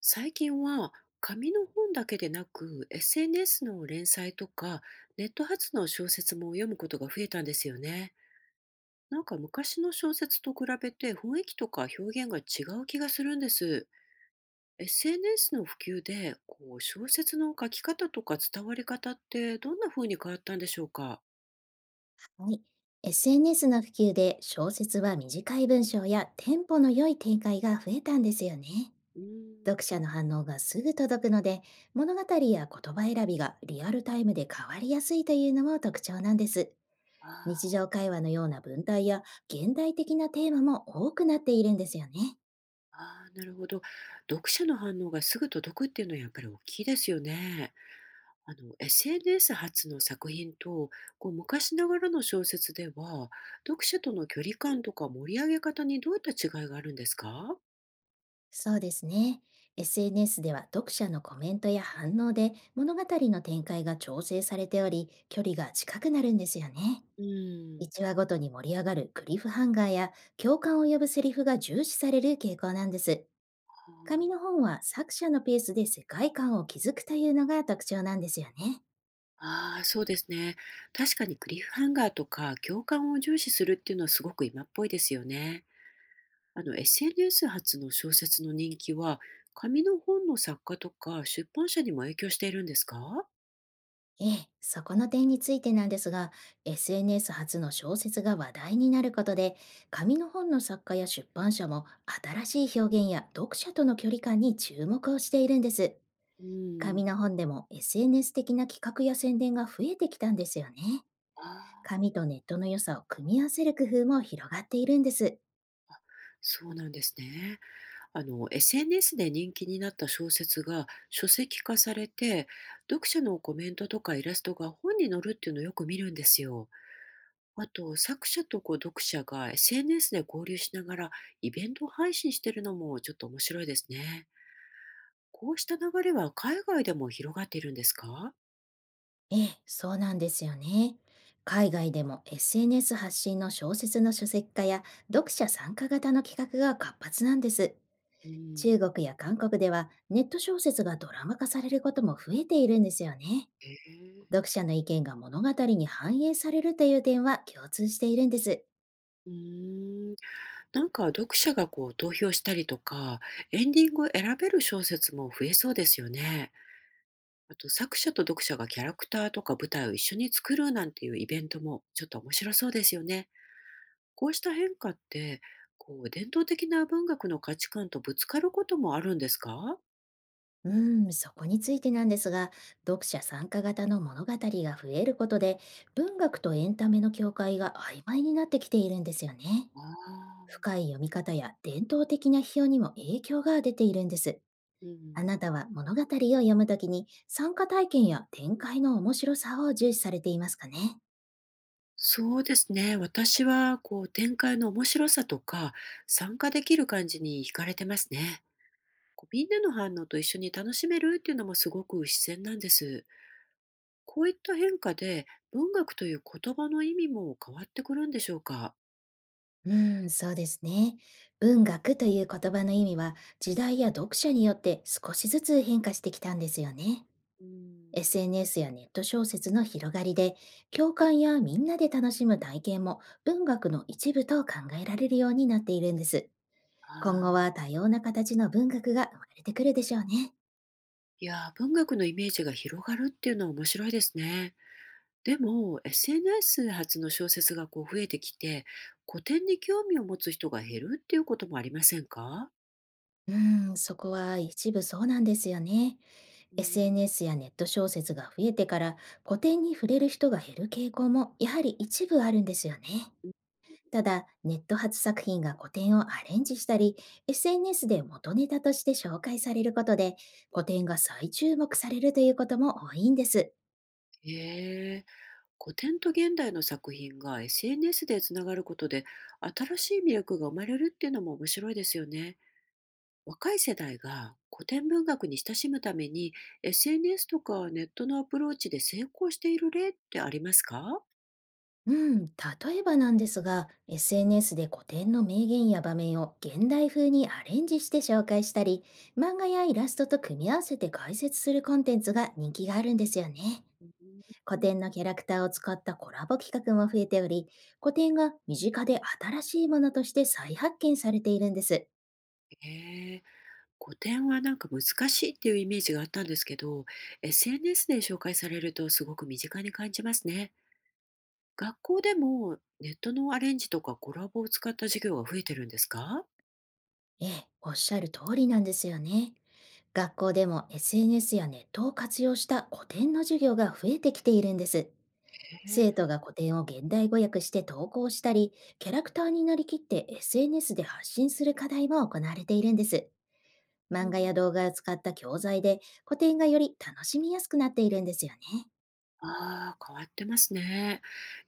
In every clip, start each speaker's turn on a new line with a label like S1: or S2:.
S1: 最近は紙の本だけでなく SNS の連載とかネット発の小説も読むことが増えたんですよね。なんか昔の小説と比べて雰囲気とか表現が違う気がするんです。SNS の普及でこう小説の書き方とか伝わり方ってどんな風に変わったんでしょうか？
S2: はい。SNS の普及で小説は短い文章やテンポの良い展開が増えたんですよね。
S1: うーん。
S2: 読者の反応がすぐ届くので、物語や言葉選びがリアルタイムで変わりやすいというのも特徴なんです。
S1: あ
S2: 日
S1: ー
S2: 常会話のような文体や現代的なテーマも多くなっているんですよね。
S1: あー、なるほど。読者の反応がすぐ届くっていうのはやっぱり大きいですよね。あの、SNS 発の作品と、こう昔ながらの小説では、読者との距離感とか盛り上げ方にどういった違いがあるんですか？
S2: そうですね。SNS では読者のコメントや反応で物語の展開が調整されており、距離が近くなるんですよね。
S1: うん、
S2: 1話ごとに盛り上がるクリフハンガーや共感を呼ぶセリフが重視される傾向なんです。紙の本は作者のペースで世界観を築くというのが特徴なんですよね。
S1: ああー、そうですね。確かにクリフハンガーとか共感を重視するっていうのはすごく今っぽいですよね。あの、SNS 発の小説の人気は、紙の本の作家とか出版社にも影響しているんですか？
S2: ええ、そこの点についてなんですが、SNS 初の小説が話題になることで、紙の本の作家や出版社も新しい表現や読者との距離感に注目をしているんです。
S1: うん、
S2: 紙の本でも SNS 的な企画や宣伝が増えてきたんですよね。
S1: ああ、
S2: 紙とネットの良さを組み合わせる工夫も広がっているんです。
S1: そうなんですね。あの SNS で人気になった小説が書籍化されて読者のコメントとかイラストが本に載るっていうのをよく見るんですよ。あと作者とこう読者が SNS で交流しながらイベント配信してるのもちょっと面白いですね。こうした流れは海外でも広がっているんですか？
S2: ええ、そうなんですよね。海外でも SNS 発信の小説の書籍化や読者参加型の企画が活発なんです。
S1: うん。
S2: 中国や韓国ではネット小説がドラマ化されることも増えているんですよね。
S1: へえ。
S2: 読者の意見が物語に反映されるという点は共通しているんです。
S1: うーん。なんか読者がこう投票したりとかエンディングを選べる小説も増えそうですよね。あと作者と読者がキャラクターとか舞台を一緒に作るなんていうイベントもちょっと面白そうですよね。こうした変化って、こう伝統的な文学の価値観とぶつかることもあるんですか？
S2: うーん、そこについてなんですが、読者参加型の物語が増えることで、文学とエンタメの境界が曖昧になってきているんですよね。
S1: ああ、
S2: 深い読み方や伝統的な批評にも影響が出ているんです。
S1: う
S2: あな
S1: ん。
S2: たは物語を読むときに参加体験や展開の面白さを重視されていますかね？
S1: そうですね。私は、こう、展開の面白さとか、参加できる感じに惹かれてますね。こうみんなの反応と一緒に楽しめるっていうのもすごく自然なんです。こういった変化で、文学という言葉の意味も変わってくるんでしょうか？
S2: うーん、そうですね。文学という言葉の意味は時代や読者によって少しずつ変化してきたんですよね。
S1: うん。
S2: SNS やネット小説の広がりで、共感やみんなで楽しむ体験も文学の一部と考えられるようになっているんです。今後
S1: ああ、
S2: は多様な形の文学が生まれてくるでしょうね。
S1: いやー、文学のイメージが広がるっていうのは面白いですね。でも、SNS 発の小説がこう増えてきて、古典に興味を持つ人が減るっていうこともありませんか？
S2: うーん、そこは一部そうなんですよね。
S1: うん、
S2: SNS やネット小説が増えてから古典に触れる人が減る傾向もやはり一部あるんですよね。
S1: うん。
S2: ただ、ネット発作品が古典をアレンジしたり、SNS で元ネタとして紹介されることで、古典が再注目されるということも多いんです。
S1: へえ、古典と現代の作品が SNS でつながることで、新しい魅力が生まれるっていうのも面白いですよね。若い世代が古典文学に親しむために SNS とかネットのアプローチで成功している例ってありますか？
S2: うん、例えばなんですが、SNS で古典の名言や場面を現代風にアレンジして紹介したり、漫画やイラストと組み合わせて解説するコンテンツが人気があるんですよね。
S1: う
S2: 古
S1: ん。
S2: 典のキャラクターを使ったコラボ企画も増えており、古典が身近で新しいものとして再発見されているんです。
S1: へえ。古典はなんか難しいっていうイメージがあったんですけど SNS で紹介されるとすごく身近に感じますね。学校でもネットのアレンジとかコラボを使った授業が増えてるんですか？
S2: ええ、おっしゃる通りなんですよね。学校でも SNS やネットを活用した古典の授業が増えてきているんです。
S1: へ
S2: 生徒が古典を現代語訳して投稿したり、キャラクターになりきって SNS で発信する課題も行われているんです。漫画や
S1: え。
S2: 動画を使った教材で古典がより楽しみやすくなっているんですよね。
S1: ああ、変わってますね。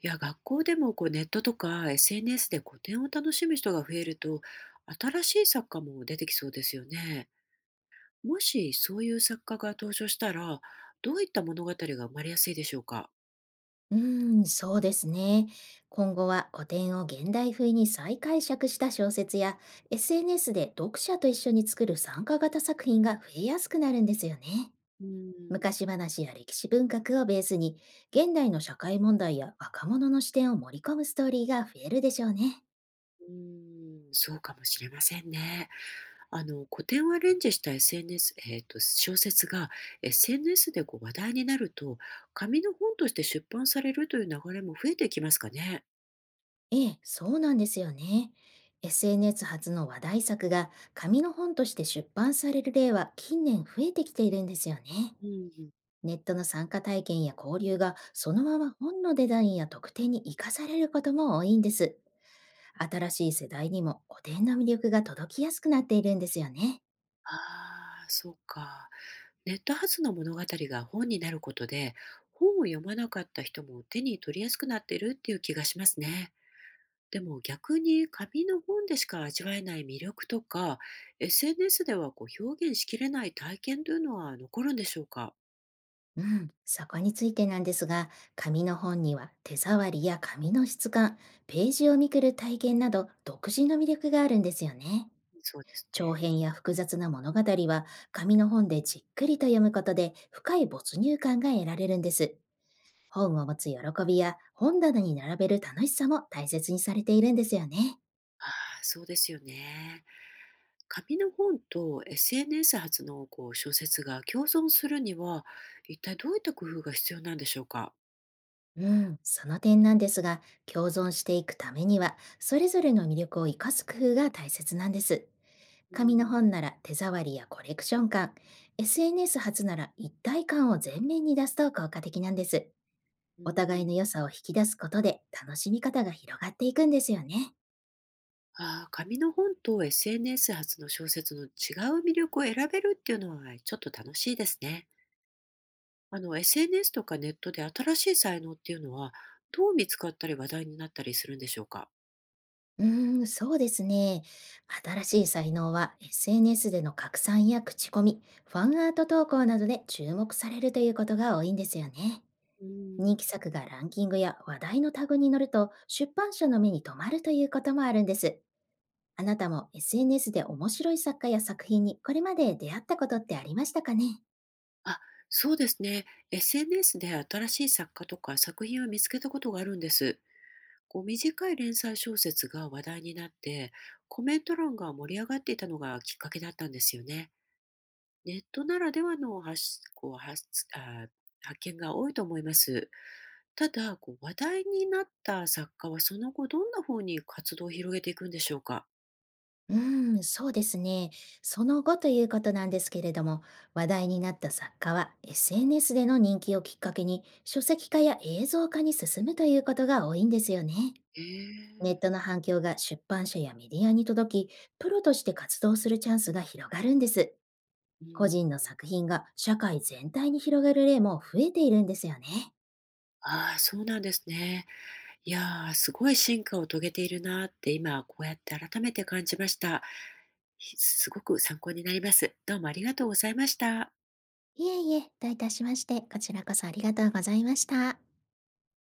S1: いや、学校でもこうネットとか SNS で古典を楽しむ人が増えると、新しい作家も出てきそうですよね。もしそういう作家が登場したら、どういった物語が生まれやすいでしょうか。
S2: うーん、そうですね。今後は古典を現代風に再解釈した小説や SNS で読者と一緒に作る参加型作品が増えやすくなるんですよね。
S1: うーん。
S2: 昔話や歴史文学をベースに現代の社会問題や若者の視点を盛り込むストーリーが増えるでしょうね。
S1: うーん、そうかもしれませんね。あの、古典をアレンジした SNS、小説が SNS でこう話題になると、紙の本として出版されるという流れも増えてきますかね。
S2: ええ、そうなんですよね。SNS 発の話題作が紙の本として出版される例は近年増えてきているんですよね。
S1: うん。
S2: ネットの参加体験や交流がそのまま本のデザインや特典に生かされることも多いんです。新しい世代にも古典の魅力が届きやすくなっているんですよね。
S1: ああ、そうか。ネット発の物語が本になることで、本を読まなかった人も手に取りやすくなっているっていう気がしますね。でも逆に紙の本でしか味わえない魅力とか、SNS ではこう表現しきれない体験というのは残るんでしょうか？
S2: うん、そこについてなんですが、紙の本には手触りや紙の質感、ページをめくる体験など独自の魅力があるんですよね。
S1: そうです
S2: 長
S1: ね。
S2: 編や複雑な物語は紙の本でじっくりと読むことで深い没入感が得られるんです。本を持つ喜びや本棚に並べる楽しさも大切にされているんですよね。
S1: ああ、そうですよね。紙の本と SNS 発のこう小説が共存するには、一体どういった工夫が必要なんでしょうか？
S2: うん。その点なんですが、共存していくためには、それぞれの魅力を生かす工夫が大切なんです。
S1: う
S2: 紙の
S1: ん。
S2: 本なら手触りやコレクション感、SNS 発なら一体感を前面に出すと効果的なんです。
S1: う
S2: お互いの
S1: ん。
S2: 良さを引き出すことで楽しみ方が広がっていくんですよね。
S1: ああ、紙の本と SNS 発の小説の違う魅力を選べるっていうのはちょっと楽しいですね。あの、SNS とかネットで新しい才能っていうのはどう見つかったり話題になったりするんでしょうか？
S2: うーん、そうですね。新しい才能は SNS での拡散や口コミ、ファンアート投稿などで注目されるということが多いんですよね。
S1: う
S2: 人
S1: ん、
S2: 気作がランキングや話題のタグに載ると出版社の目に留まるということもあるんです。あなたも SNS で面白い作家や作品にこれまで出会ったことってありましたかね？
S1: あ、そうですね。SNS で新しい作家とか作品を見つけたことがあるんです。こう短い連載小説が話題になって、コメント欄が盛り上がっていたのがきっかけだったんですよね。ネットならではの発、こう発あ、発見が多いと思います。ただ、こう話題になった作家はその後どんな方に活動を広げていくんでしょうか？
S2: うーん、そうですね。その後ということなんですけれども、話題になった作家は SNS での人気をきっかけに書籍化や映像化に進むということが多いんですよね。
S1: へ
S2: ネ
S1: え。
S2: ットの反響が出版社やメディアに届き、プロとして活動するチャンスが広がるんです。
S1: う
S2: 個
S1: ん。
S2: 人の作品が社会全体に広がる例も増えているんですよね。
S1: ああ、そうなんですね。いやー、すごい進化を遂げているなーって今こうやって改めて感じました。すごく参考になります。どうもありがとうございました。
S2: いえいえ、どういたしまして、こちらこそありがとうございました。